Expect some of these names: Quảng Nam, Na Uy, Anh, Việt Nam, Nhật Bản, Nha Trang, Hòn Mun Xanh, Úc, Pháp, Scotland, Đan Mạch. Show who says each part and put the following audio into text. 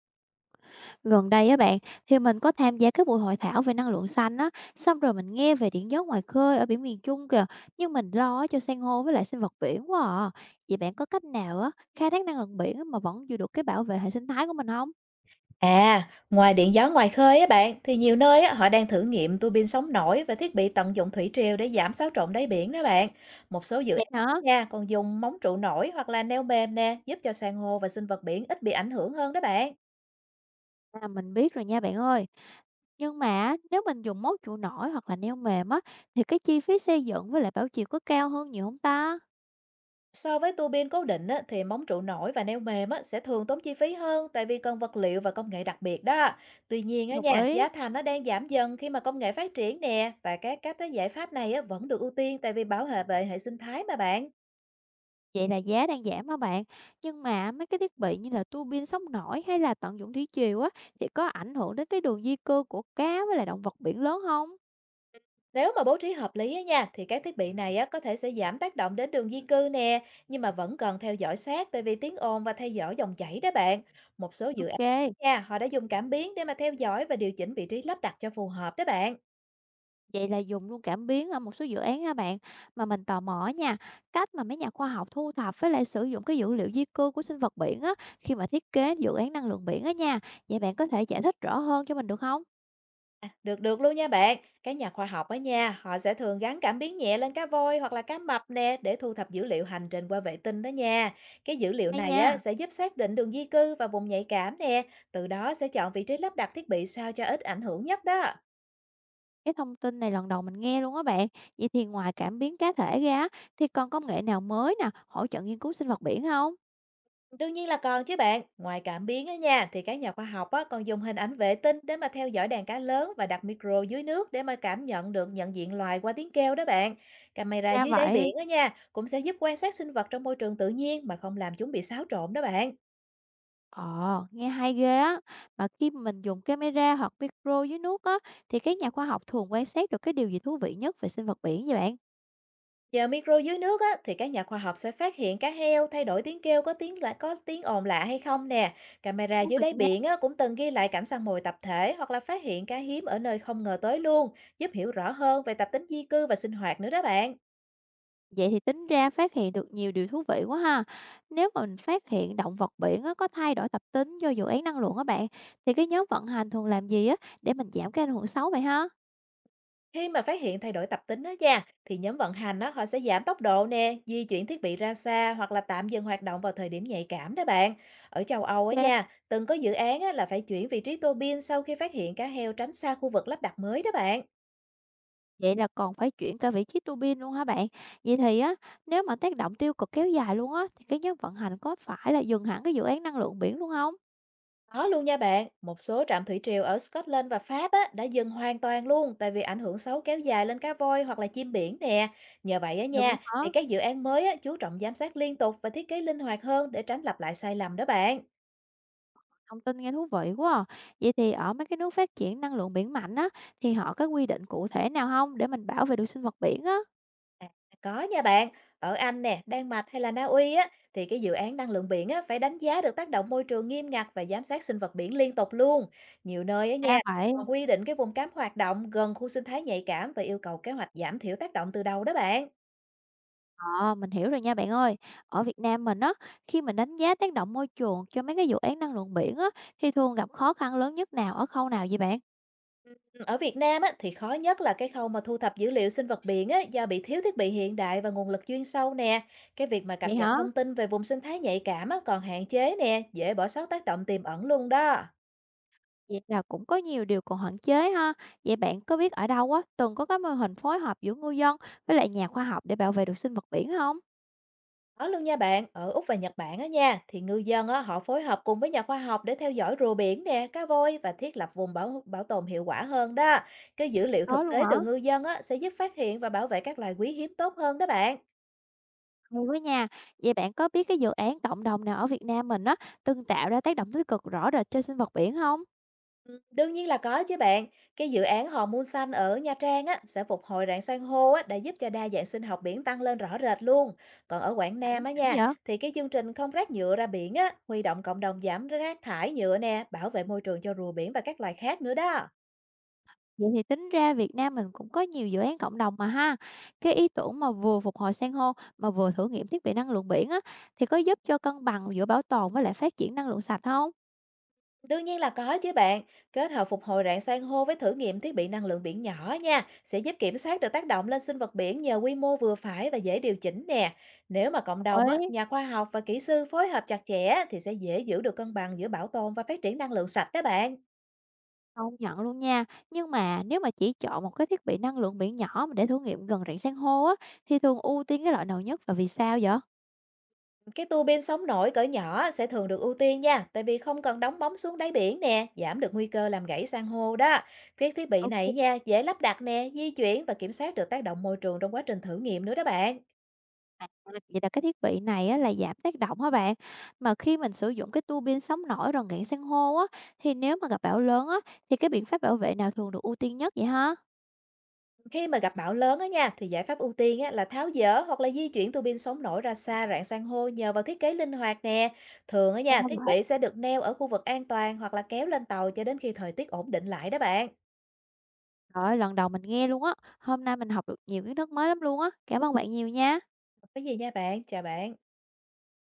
Speaker 1: Gần đây á bạn, thì mình có tham gia cái buổi hội thảo về năng lượng xanh á, xong rồi mình nghe về điện gió ngoài khơi ở biển miền Trung kìa, nhưng mình lo cho san hô với lại sinh vật biển quá à. Vậy bạn có cách nào á, khai thác năng lượng biển á mà vẫn giữ được cái bảo vệ hệ sinh thái của mình không?
Speaker 2: À, ngoài điện gió ngoài khơi á bạn, thì nhiều nơi á, họ đang thử nghiệm tua bin sóng nổi và thiết bị tận dụng thủy triều để giảm xáo trộn đáy biển đó bạn. Một số dự
Speaker 1: Vậy
Speaker 2: án
Speaker 1: hả?
Speaker 2: nha còn dùng móng trụ nổi hoặc là neo mềm nè, giúp cho san hô và sinh vật biển ít bị ảnh hưởng hơn đó bạn.
Speaker 1: À, mình biết rồi nha bạn ơi. Nhưng mà á, nếu mình dùng mốt trụ nổi hoặc là neo mềm á, thì cái chi phí xây dựng với lại bảo trì có cao hơn nhiều không ta?
Speaker 2: So với tua bin cố định á, thì móng trụ nổi và neo mềm á, sẽ thường tốn chi phí hơn tại vì cần vật liệu và công nghệ đặc biệt đó. Tuy nhiên á
Speaker 1: Đồng
Speaker 2: nha,
Speaker 1: ý.
Speaker 2: giá thành nó đang giảm dần khi mà công nghệ phát triển nè, và các cách á, giải pháp này á, vẫn được ưu tiên tại vì bảo vệ hệ sinh thái mà bạn.
Speaker 1: Vậy là giá đang giảm hả bạn? Nhưng mà mấy cái thiết bị như là tua bin sóng nổi hay là tận dụng thủy triều á thì có ảnh hưởng đến cái đường di cư của cá với lại động vật biển lớn không?
Speaker 2: Nếu mà bố trí hợp lý á nha, thì các thiết bị này á, có thể sẽ giảm tác động đến đường di cư nè, nhưng mà vẫn cần theo dõi sát tại vì tiếng ồn và theo dõi dòng chảy đó bạn. Một số dự án
Speaker 1: Ok,
Speaker 2: nha, họ đã dùng cảm biến để mà theo dõi và điều chỉnh vị trí lắp đặt cho phù hợp đó bạn.
Speaker 1: vậy là dùng luôn cảm biến ở một số dự án hả bạn? Mà mình tò mò nha, cách mà mấy nhà khoa học thu thập với lại sử dụng cái dữ liệu di cư của sinh vật biển á khi mà thiết kế dự án năng lượng biển á nha. Vậy bạn có thể giải thích rõ hơn cho mình được không?
Speaker 2: À, được được luôn nha bạn. Các nhà khoa học ở nha, họ sẽ thường gắn cảm biến nhẹ lên cá voi hoặc là cá mập nè để thu thập dữ liệu hành trình qua vệ tinh đó nha. Cái dữ liệu
Speaker 1: Hay
Speaker 2: này á
Speaker 1: nha.
Speaker 2: sẽ giúp xác định đường di cư và vùng nhạy cảm nè, từ đó sẽ chọn vị trí lắp đặt thiết bị sao cho ít ảnh hưởng nhất đó.
Speaker 1: Cái thông tin này lần đầu mình nghe luôn á bạn. Vậy thì ngoài cảm biến cá thể ra á, thì còn công nghệ nào mới nè, hỗ trợ nghiên cứu sinh vật biển không?
Speaker 2: Đương nhiên là còn chứ bạn, ngoài cảm biến á nha thì các nhà khoa học á còn dùng hình ảnh vệ tinh để mà theo dõi đàn cá lớn và đặt micro dưới nước để mà cảm nhận được, nhận diện loài qua tiếng kêu đó bạn. Camera
Speaker 1: Ra
Speaker 2: dưới đáy
Speaker 1: vậy.
Speaker 2: biển á nha cũng sẽ giúp quan sát sinh vật trong môi trường tự nhiên mà không làm chúng bị xáo trộn đó bạn.
Speaker 1: Ờ, nghe hay ghê á. Mà khi mình dùng camera hoặc micro dưới nước á, thì các nhà khoa học thường quan sát được cái điều gì thú vị nhất về sinh vật biển vậy bạn?
Speaker 2: Nhờ micro dưới nước á, thì các nhà khoa học sẽ phát hiện cá heo thay đổi tiếng kêu, có tiếng lạ, có tiếng ồn lạ hay không nè. Camera
Speaker 1: Thú
Speaker 2: dưới
Speaker 1: vị
Speaker 2: đáy
Speaker 1: nha.
Speaker 2: biển á, cũng từng ghi lại cảnh săn mồi tập thể hoặc là phát hiện cá hiếm ở nơi không ngờ tới luôn, giúp hiểu rõ hơn về tập tính di cư và sinh hoạt nữa đó bạn.
Speaker 1: Vậy thì tính ra phát hiện được nhiều điều thú vị quá ha. Nếu mà mình phát hiện động vật biển á, có thay đổi tập tính do dự án năng lượng á bạn, thì cái nhóm vận hành thường làm gì á để mình giảm cái ảnh hưởng xấu vậy ha?
Speaker 2: Khi mà phát hiện thay đổi tập tính đó nha, thì nhóm vận hành á, họ sẽ giảm tốc độ nè, di chuyển thiết bị ra xa hoặc là tạm dừng hoạt động vào thời điểm nhạy cảm đó bạn. Ở châu Âu á nha, từng có dự án á, là phải chuyển vị trí tua bin sau khi phát hiện cá heo tránh xa khu vực lắp đặt mới đó bạn.
Speaker 1: Vậy là còn phải chuyển cả vị trí tua bin luôn hả bạn? Vậy thì á, nếu mà tác động tiêu cực kéo dài luôn á, thì cái nhóm vận hành có phải là dừng hẳn cái dự án năng lượng biển luôn không?
Speaker 2: Có luôn nha bạn, một số trạm thủy triều ở Scotland và Pháp á, đã dừng hoàn toàn luôn tại vì ảnh hưởng xấu kéo dài lên cá voi hoặc là chim biển nè. Nhờ vậy á
Speaker 1: Dừng luôn
Speaker 2: nha,
Speaker 1: hả?
Speaker 2: thì các dự án mới á, chú trọng giám sát liên tục và thiết kế linh hoạt hơn để tránh lặp lại sai lầm đó bạn.
Speaker 1: Thông tin nghe thú vị quá à. Vậy thì ở mấy cái nước phát triển năng lượng biển mạnh á, thì họ có quy định cụ thể nào không để mình bảo vệ được sinh vật biển á?
Speaker 2: À, có nha bạn, ở Anh nè, Đan Mạch hay là Na Uy á, thì cái dự án năng lượng biển á, phải đánh giá được tác động môi trường nghiêm ngặt và giám sát sinh vật biển liên tục luôn. Nhiều nơi á nha,
Speaker 1: Ra
Speaker 2: còn
Speaker 1: vậy.
Speaker 2: quy định cái vùng cấm hoạt động gần khu sinh thái nhạy cảm và yêu cầu kế hoạch giảm thiểu tác động từ đầu đó bạn.
Speaker 1: Ờ, mình hiểu rồi nha bạn ơi. Ở Việt Nam mình á, khi mình đánh giá tác động môi trường cho mấy cái dự án năng lượng biển á, thì thường gặp khó khăn lớn nhất nào ở khâu nào vậy bạn?
Speaker 2: Ừm, ở Việt Nam á, thì khó nhất là cái khâu mà thu thập dữ liệu sinh vật biển á, do bị thiếu thiết bị hiện đại và nguồn lực chuyên sâu nè. Cái việc mà cập
Speaker 1: Vậy
Speaker 2: nhật
Speaker 1: hả?
Speaker 2: thông tin về vùng sinh thái nhạy cảm á, còn hạn chế nè, dễ bỏ sót tác động tiềm ẩn luôn đó.
Speaker 1: Vậy là cũng có nhiều điều còn hạn chế ha. Vậy bạn có biết ở đâu á, từng có cái mô hình phối hợp giữa ngư dân với lại nhà khoa học để bảo vệ được sinh vật biển không?
Speaker 2: Có luôn nha bạn, ở Úc và Nhật Bản á nha, thì ngư dân á, họ phối hợp cùng với nhà khoa học để theo dõi rùa biển nè, cá voi và thiết lập vùng bảo bảo tồn hiệu quả hơn đó. Cái dữ liệu
Speaker 1: Có
Speaker 2: thực
Speaker 1: luôn
Speaker 2: tế
Speaker 1: hả?
Speaker 2: từ ngư dân á, sẽ giúp phát hiện và bảo vệ các loài quý hiếm tốt hơn đó bạn.
Speaker 1: Hay quá nha. Vậy bạn có biết cái dự án cộng đồng nào ở Việt Nam mình á, từng tạo ra tác động tích cực rõ rệt cho sinh vật biển không?
Speaker 2: Đương nhiên là có chứ bạn. Cái dự án Hòn Mun Xanh ở Nha Trang á, sẽ phục hồi rạn san hô á, đã giúp cho đa dạng sinh học biển tăng lên rõ rệt luôn. Còn ở Quảng Nam
Speaker 1: Đỉnh
Speaker 2: á
Speaker 1: đỉnh
Speaker 2: nha,
Speaker 1: vậy.
Speaker 2: thì cái chương trình không rác nhựa ra biển á, huy động cộng đồng giảm rác thải nhựa nè, bảo vệ môi trường cho rùa biển và các loài khác nữa đó.
Speaker 1: Vậy thì tính ra Việt Nam mình cũng có nhiều dự án cộng đồng mà ha. Cái ý tưởng mà vừa phục hồi san hô mà vừa thử nghiệm thiết bị năng lượng biển á, thì có giúp cho cân bằng giữa bảo tồn với lại phát triển năng lượng sạch không?
Speaker 2: Đương nhiên là có chứ bạn. Kết hợp phục hồi rạn san hô với thử nghiệm thiết bị năng lượng biển nhỏ nha, sẽ giúp kiểm soát được tác động lên sinh vật biển nhờ quy mô vừa phải và dễ điều chỉnh nè. Nếu mà cộng đồng
Speaker 1: Đồng ý.
Speaker 2: á, nhà khoa học và kỹ sư phối hợp chặt chẽ thì sẽ dễ giữ được cân bằng giữa bảo tồn và phát triển năng lượng sạch đó bạn.
Speaker 1: Công nhận luôn nha. Nhưng mà nếu mà chỉ chọn một cái thiết bị năng lượng biển nhỏ mà để thử nghiệm gần rạn san hô á, thì thường ưu tiên cái loại nào nhất và vì sao vậy?
Speaker 2: Cái tua bin sóng nổi cỡ nhỏ sẽ thường được ưu tiên nha, tại vì không cần đóng bóng xuống đáy biển nè, giảm được nguy cơ làm gãy san hô đó. Cái thiết bị này
Speaker 1: Ok.
Speaker 2: nha, dễ lắp đặt nè, di chuyển và kiểm soát được tác động môi trường trong quá trình thử nghiệm nữa đó bạn.
Speaker 1: À, vậy là cái thiết bị này á là giảm tác động hả bạn? Mà khi mình sử dụng cái tua bin sóng nổi gần rạn san hô á, thì nếu mà gặp bão lớn á, thì cái biện pháp bảo vệ nào thường được ưu tiên nhất vậy hả?
Speaker 2: Khi mà gặp bão lớn á nha, thì giải pháp ưu tiên á, là tháo dỡ hoặc là di chuyển tua bin sống nổi ra xa rạn san hô nhờ vào thiết kế linh hoạt nè. Thường á
Speaker 1: Ra
Speaker 2: nha, thiết
Speaker 1: vậy.
Speaker 2: bị sẽ được neo ở khu vực an toàn hoặc là kéo lên tàu cho đến khi thời tiết ổn định lại đó bạn.
Speaker 1: Trời, lần đầu mình nghe luôn á. Hôm nay mình học được nhiều kiến thức mới lắm luôn á. Cảm ơn bạn nhiều nha.
Speaker 2: Cái gì nha bạn, chào bạn.